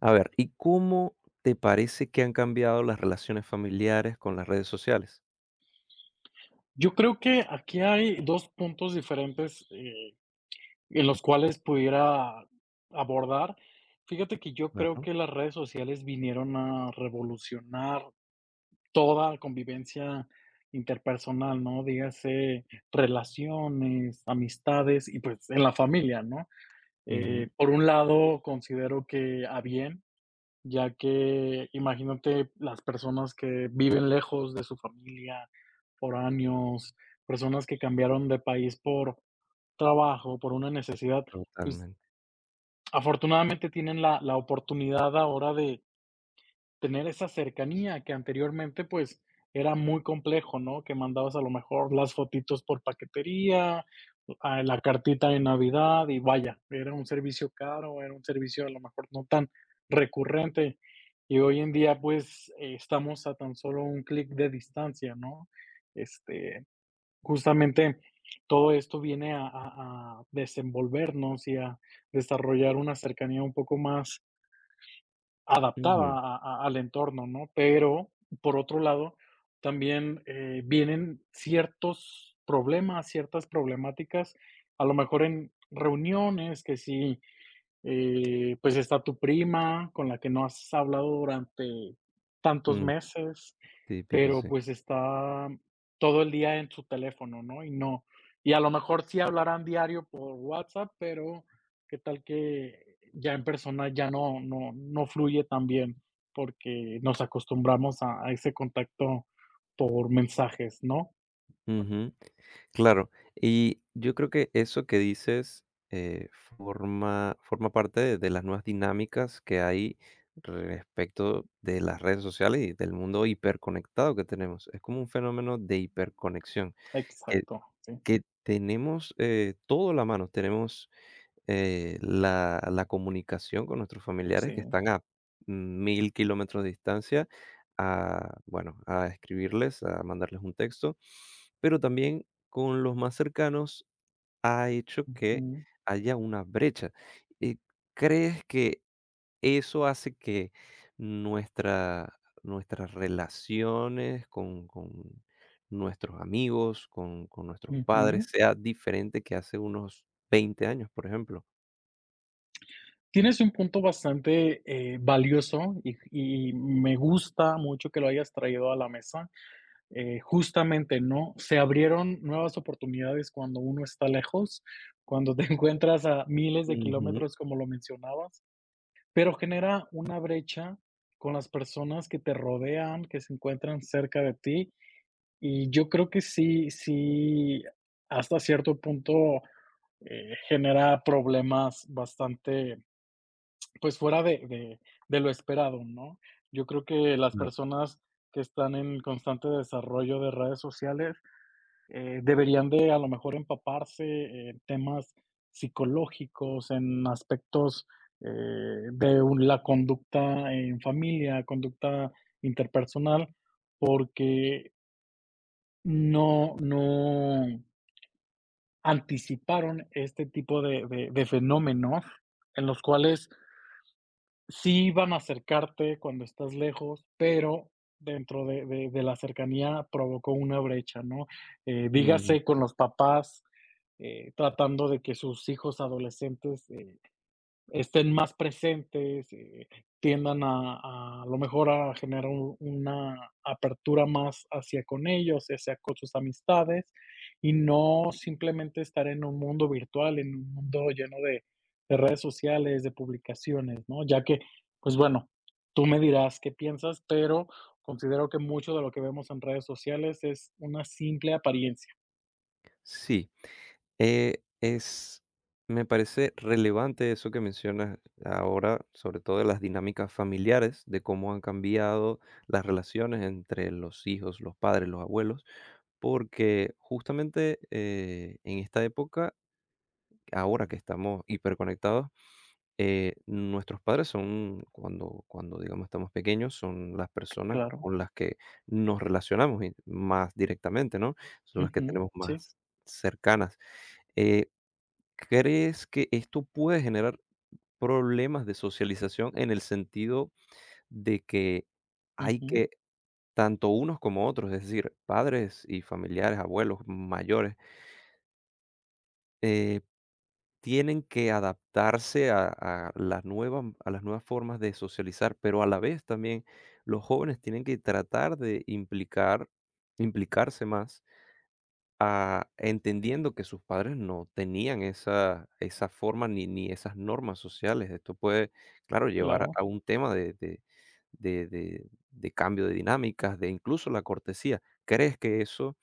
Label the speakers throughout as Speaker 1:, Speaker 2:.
Speaker 1: A ver, ¿y cómo te parece que han cambiado las relaciones familiares con las redes sociales?
Speaker 2: Yo creo que aquí hay 2 puntos diferentes, en los cuales pudiera abordar. Fíjate que yo creo
Speaker 1: Claro.
Speaker 2: que las redes sociales vinieron a revolucionar toda convivencia interpersonal, ¿no? Dígase relaciones, amistades y, pues, en la familia, ¿no?
Speaker 1: Ujú,
Speaker 2: Por un lado, considero que a bien, ya que imagínate las personas que viven lejos de su familia, foráneos, personas que cambiaron de país por trabajo, por una necesidad, pues,
Speaker 1: totalmente.
Speaker 2: afortunadamente tienen la oportunidad ahora de tener esa cercanía que anteriormente, pues, era muy complejo, ¿no? Que mandabas a lo mejor las fotitos por paquetería, la cartita de Navidad y vaya, era un servicio caro, era un servicio a lo mejor no tan recurrente. Y hoy en día, pues, estamos a tan solo un clic de distancia, ¿no? Este, justamente todo esto viene a desenvolvernos y a desarrollar una cercanía un poco más adaptada
Speaker 1: Ujú,
Speaker 2: a al entorno, ¿no? Pero, por otro lado, también, vienen ciertos problemas, ciertas problemáticas, a lo mejor en reuniones, que si pues está tu prima, con la que no has hablado durante tantos
Speaker 1: mm,
Speaker 2: meses,
Speaker 1: típico,
Speaker 2: pero
Speaker 1: sí.
Speaker 2: pues está todo el día en su teléfono, ¿no? Y no, y a lo mejor sí hablarán diario por WhatsApp, pero qué tal que ya en persona ya no fluye tan bien, porque nos acostumbramos a ese contacto por mensajes, ¿no?
Speaker 1: Ujú, claro. Y yo creo que eso que dices, forma parte de las nuevas dinámicas que hay respecto de las redes sociales y del mundo hiperconectado que tenemos. Es como un fenómeno de hiperconexión que
Speaker 2: Exacto, sí,
Speaker 1: que tenemos, todo a la mano. Tenemos la comunicación con nuestros familiares que
Speaker 2: sí.
Speaker 1: están a 1.000 kilómetros de distancia, a, bueno, a escribirles, a mandarles un texto, pero también con los más cercanos ha hecho que
Speaker 2: Ujú,
Speaker 1: haya una brecha. Eh, ¿Crees que eso hace que nuestra, nuestras relaciones con nuestros amigos, con nuestros padres,
Speaker 2: ujú.
Speaker 1: sea diferente que hace unos 20 años, por ejemplo?
Speaker 2: Tienes un punto bastante, valioso y me gusta mucho que lo hayas traído a la mesa. Justamente, ¿no? Se abrieron nuevas oportunidades cuando uno está lejos, cuando te encuentras a miles de
Speaker 1: Ujú,
Speaker 2: kilómetros, como lo mencionabas, pero genera una brecha con las personas que te rodean, que se encuentran cerca de ti, y yo creo que sí, hasta cierto punto, genera problemas bastante, pues, fuera de lo esperado, ¿no? Yo creo que las
Speaker 1: claro,
Speaker 2: personas que están en constante desarrollo de redes sociales, deberían de, a lo mejor, empaparse en temas psicológicos, en aspectos, eh, de un la conducta en familia, conducta interpersonal, porque no anticiparon este tipo de fenómenos en los cuales sí van a acercarte cuando estás lejos, pero dentro de la cercanía provocó una brecha, ¿no?
Speaker 1: ujú.
Speaker 2: Dígase con los papás, tratando de que sus hijos adolescentes estén más presentes, tiendan a lo mejor a generar un una apertura más hacia con ellos, ya sea con sus amistades, y no simplemente estar en un mundo virtual, en un mundo lleno de redes sociales, de publicaciones, ¿no? Ya que, pues bueno, tú me dirás qué piensas, pero considero que mucho de lo que vemos en redes sociales es una simple apariencia.
Speaker 1: Sí, es me parece relevante eso que mencionas ahora, sobre todo de las dinámicas familiares, de cómo han cambiado las relaciones entre los hijos, los padres, los abuelos, porque justamente, en esta época, ahora que estamos hiperconectados. Nuestros padres son, cuando, digamos, estamos pequeños, son las personas
Speaker 2: Claro.
Speaker 1: con las que nos relacionamos y más directamente, ¿no? Son las que
Speaker 2: Ujú,
Speaker 1: tenemos
Speaker 2: sí.
Speaker 1: más cercanas. Eh, ¿Crees que esto puede generar problemas de socialización en el sentido de que hay
Speaker 2: Ujú,
Speaker 1: que tanto unos como otros, es decir, padres y familiares, abuelos mayores, eh, tienen que adaptarse a las nuevas formas de socializar, pero a la vez también los jóvenes tienen que tratar de implicarse más, entendiendo que sus padres no tenían esa forma ni esas normas sociales. Esto puede, claro, llevar a
Speaker 2: claro.
Speaker 1: a un tema de cambio de dinámicas, de incluso la cortesía. ¿Crees que eso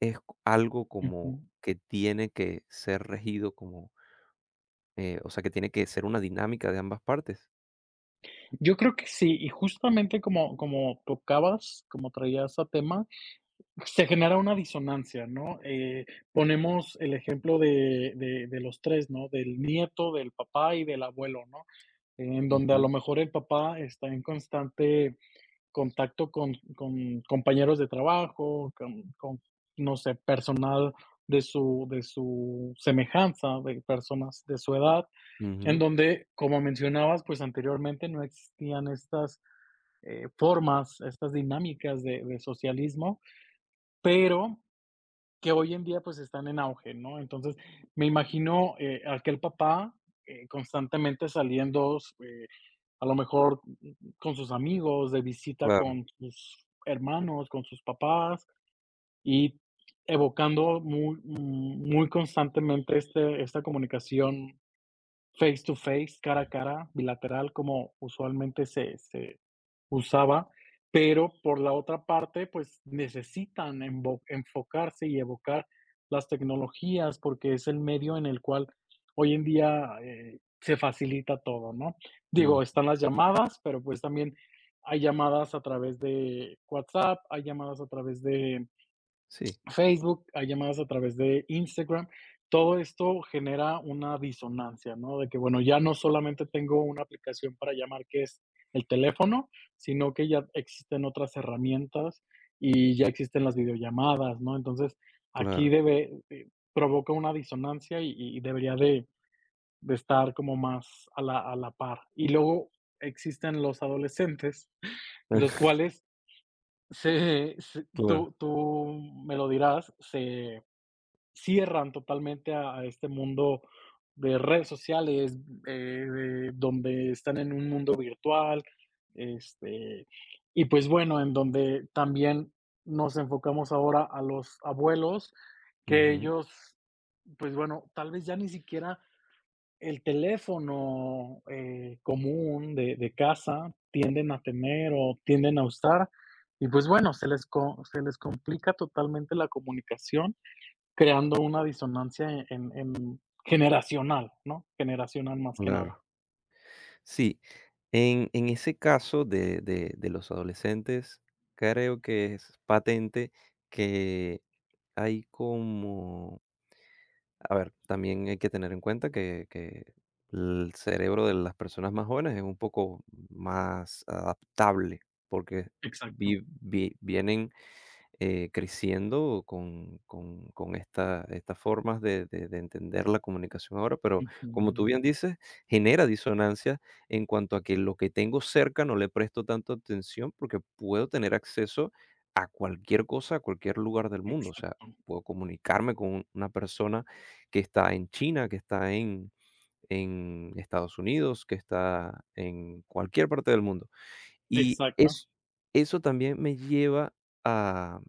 Speaker 1: es algo como
Speaker 2: Ujú.
Speaker 1: que tiene que ser regido como o sea, que tiene que ser una dinámica de ambas partes.
Speaker 2: Yo creo que sí, y justamente como tocabas, como traías a tema, se genera una disonancia, ¿no? Ponemos el ejemplo de los tres, ¿no? Del nieto, del papá y del abuelo, ¿no? En donde a
Speaker 1: Ujú,
Speaker 2: lo mejor el papá está en constante contacto con compañeros de trabajo, con no sé, personal de su semejanza, de personas de su edad, en
Speaker 1: ujú,
Speaker 2: donde, como mencionabas, pues, anteriormente no existían estas formas, estas dinámicas de socialismo, pero que hoy en día pues están en auge, ¿no? Entonces, me imagino, aquel papá constantemente saliendo, eh, a lo mejor con sus amigos, de visita
Speaker 1: claro,
Speaker 2: con sus hermanos, con sus papás, y evocando muy, muy constantemente este, esta comunicación face to face, cara a cara, bilateral, como usualmente se usaba, pero por la otra parte, pues, necesitan envo enfocarse y evocar las tecnologías, porque es el medio en el cual hoy en día, se facilita todo, ¿no?
Speaker 1: mm,
Speaker 2: Digo, están las llamadas, pero, pues, también hay llamadas a través de WhatsApp, hay llamadas a través de
Speaker 1: sí,
Speaker 2: Facebook, hay llamadas a través de Instagram. Todo esto genera una disonancia, ¿no? De que, bueno, ya no solamente tengo una aplicación para llamar que es el teléfono, sino que ya existen otras herramientas y ya existen las videollamadas, ¿no? Entonces, aquí
Speaker 1: claro,
Speaker 2: debe, eh, provoca una disonancia y debería de estar como más a la par. Y luego existen los adolescentes, los cuales
Speaker 1: claro,
Speaker 2: tú me lo dirás, se cierran totalmente a este mundo de redes sociales, de donde están en un mundo virtual, este, y pues bueno, en donde también nos enfocamos ahora a los abuelos, que
Speaker 1: ujú,
Speaker 2: ellos, pues bueno, tal vez ya ni siquiera el teléfono, común de casa tienden a tener o tienden a usar, y pues bueno, se les co se les complica totalmente la comunicación, creando una disonancia en generacional, ¿no? Generacional más que nada.
Speaker 1: claro. Sí, en ese caso de los adolescentes, creo que es patente que hay como a ver, también hay que tener en cuenta que el cerebro de las personas más jóvenes es un poco más adaptable, porque
Speaker 2: Exacto.
Speaker 1: vi vi vienen creciendo con estas formas de entender la comunicación ahora, pero como tú
Speaker 2: Ujú.
Speaker 1: bien dices, genera disonancia en cuanto a que lo que tengo cerca no le presto tanto atención porque puedo tener acceso a cualquier cosa, a cualquier lugar del mundo. O sea,
Speaker 2: Exacto.
Speaker 1: puedo comunicarme con una persona que está en China, que está en Estados Unidos, que está en cualquier parte del mundo y
Speaker 2: Exacto.
Speaker 1: es eso también me lleva a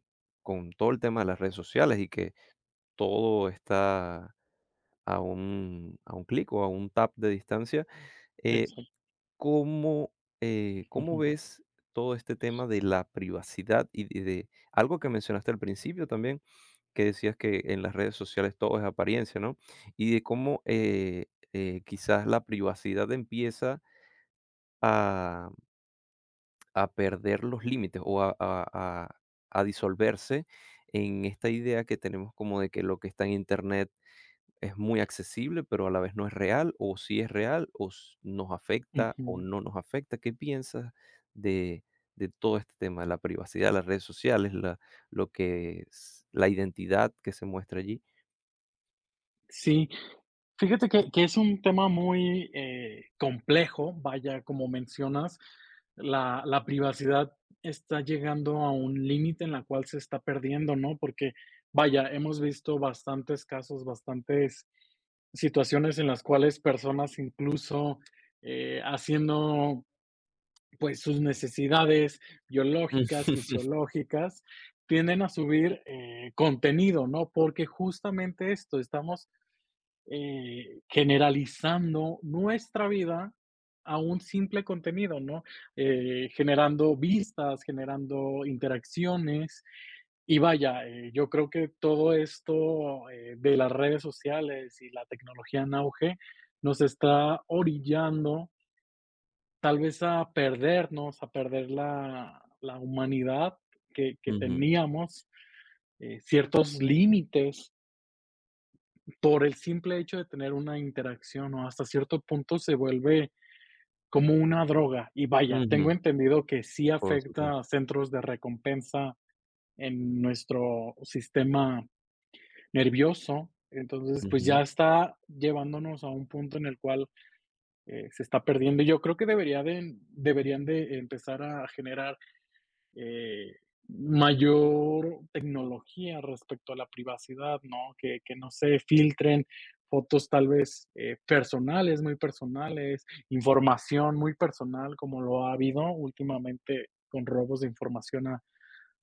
Speaker 1: con todo el tema de las redes sociales y que todo está a un clic o a un tap de distancia. eh,
Speaker 2: Exacto.
Speaker 1: ¿cómo, eh, Cómo
Speaker 2: Ujú.
Speaker 1: ves todo este tema de la privacidad y de algo que mencionaste al principio también, que decías que en las redes sociales todo es apariencia, ¿no? Y de cómo, quizás la privacidad empieza a a perder los límites o a disolverse en esta idea que tenemos como de que lo que está en Internet es muy accesible, pero a la vez no es real, o si es real, nos afecta o
Speaker 2: Ujú.
Speaker 1: no nos afecta. ¿Qué piensas de, de todo este tema, la privacidad, las redes sociales, lo que es la identidad que se muestra allí?
Speaker 2: Sí, fíjate que es un tema muy, complejo, vaya, como mencionas, la privacidad está llegando a un límite en la cual se está perdiendo, ¿no? Porque, vaya, hemos visto bastantes casos, bastantes situaciones en las cuales personas, incluso, haciendo, pues, sus necesidades biológicas, fisiológicas, tienden a subir, contenido, ¿no? Porque justamente esto, estamos generalizando nuestra vida a un simple contenido, ¿no? Generando vistas, generando interacciones. Y vaya, yo creo que todo esto, de las redes sociales y la tecnología en auge, nos está orillando tal vez a perdernos, a perder la, la humanidad que
Speaker 1: Ujú, ujú,
Speaker 2: teníamos, ciertos límites por el simple hecho de tener una interacción o hasta cierto punto se vuelve como una droga. Y vaya, tengo
Speaker 1: ujú,
Speaker 2: entendido que sí
Speaker 1: por
Speaker 2: afecta a
Speaker 1: supuesto.
Speaker 2: centros de recompensa en nuestro sistema nervioso. Entonces, pues
Speaker 1: Ujú,
Speaker 2: ya está llevándonos a un punto en el cual se está perdiendo. Yo creo que debería de, deberían de empezar a generar eh, mayor tecnología respecto a la privacidad, ¿no? Que no se filtren fotos tal vez personales, muy personales, información muy personal, como lo ha habido últimamente con robos de información a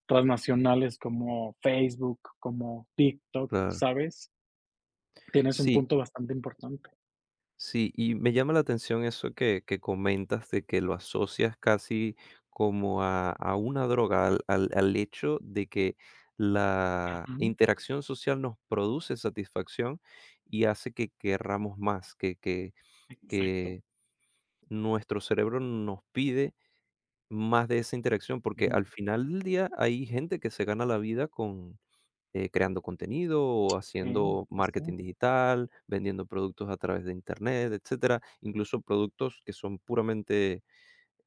Speaker 2: transnacionales como Facebook, como TikTok,
Speaker 1: claro.
Speaker 2: ¿sabes? Tienes un
Speaker 1: Sí,
Speaker 2: punto bastante importante.
Speaker 1: sí, y me llama la atención eso que comentas de que lo asocias casi como a una droga, al hecho de que la
Speaker 2: Ujú.
Speaker 1: interacción social nos produce satisfacción y hace que querramos más,
Speaker 2: Exacto.
Speaker 1: que nuestro cerebro nos pide más de esa interacción, porque
Speaker 2: Ujú.
Speaker 1: al final del día hay gente que se gana la vida creando contenido o
Speaker 2: Sí,
Speaker 1: haciendo
Speaker 2: sí, sí.
Speaker 1: marketing digital, vendiendo productos a través de internet, etcétera, incluso productos que son puramente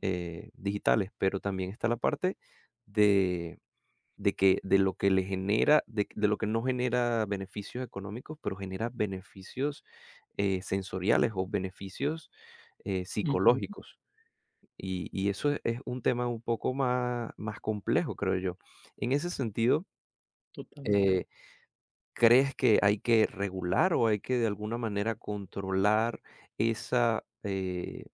Speaker 1: digitales, pero también está la parte de, de que de lo que le genera, de lo que no genera beneficios económicos, pero genera beneficios sensoriales o beneficios
Speaker 2: Ujú.
Speaker 1: psicológicos. Y eso es un tema un poco más, más complejo, creo yo. En ese sentido,
Speaker 2: Totalmente.
Speaker 1: eh, ¿Crees que hay que regular o hay que de alguna manera controlar esa, eh,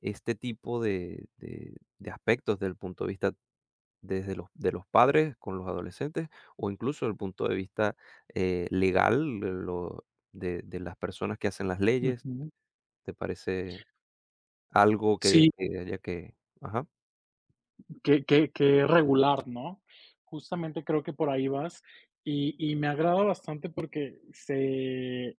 Speaker 1: este tipo de aspectos del punto de vista desde de los padres con los adolescentes o incluso del punto de vista legal de las personas que hacen las leyes?
Speaker 2: Ujú.
Speaker 1: ¿Te parece algo
Speaker 2: Sí,
Speaker 1: que haya que... Ajá.
Speaker 2: que regular, ¿no? Justamente creo que por ahí vas, y me agrada bastante porque se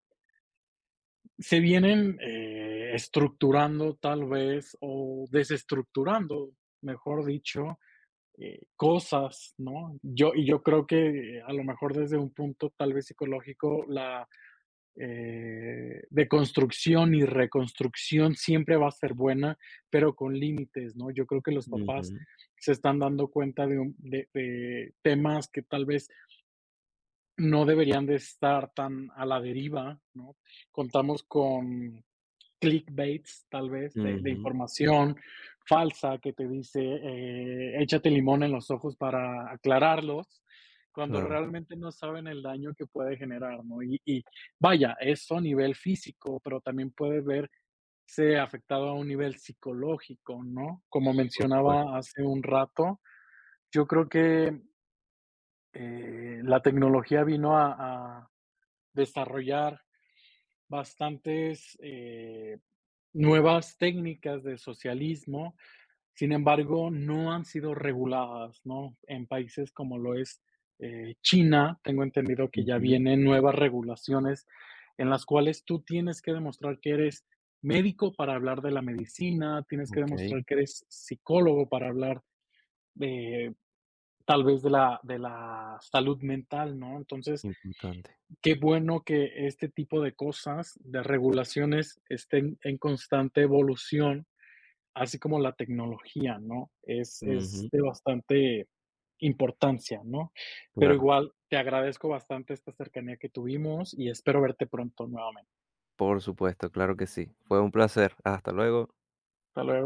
Speaker 2: se vienen, estructurando tal vez o desestructurando, mejor dicho, cosas, ¿no? Yo creo que a lo mejor desde un punto tal vez psicológico la de construcción y reconstrucción siempre va a ser buena, pero con límites, ¿no? Yo creo que los papás
Speaker 1: Ujú,
Speaker 2: se están dando cuenta de, de temas que tal vez no deberían de estar tan a la deriva, ¿no? Contamos con clickbaits, tal vez, de
Speaker 1: ujú,
Speaker 2: información falsa que te dice, échate limón en los ojos para aclararlos, cuando
Speaker 1: claro,
Speaker 2: realmente no saben el daño que puede generar, ¿no? Y vaya, eso a nivel físico, pero también puede verse afectado a un nivel psicológico, ¿no? Como
Speaker 1: por supuesto.
Speaker 2: mencionaba hace un rato, yo creo que, la tecnología vino a desarrollar bastantes, eh, nuevas técnicas de socialismo. Sin embargo, no han sido reguladas, ¿no? En países como lo es, China, tengo entendido que ya
Speaker 1: Ujú,
Speaker 2: vienen nuevas regulaciones en las cuales tú tienes que demostrar que eres médico para hablar de la medicina, tienes que
Speaker 1: ok,
Speaker 2: demostrar que eres psicólogo para hablar de, tal vez, de la salud mental, ¿no? Entonces,
Speaker 1: importante.
Speaker 2: qué bueno que este tipo de cosas, de regulaciones, estén en constante evolución así como la tecnología, ¿no? Es
Speaker 1: Ujú,
Speaker 2: de bastante importancia, ¿no? Pero
Speaker 1: claro.
Speaker 2: igual, te agradezco bastante esta cercanía que tuvimos y espero verte pronto nuevamente.
Speaker 1: Por supuesto, claro que sí. Fue un placer. Hasta luego.
Speaker 2: Hasta luego.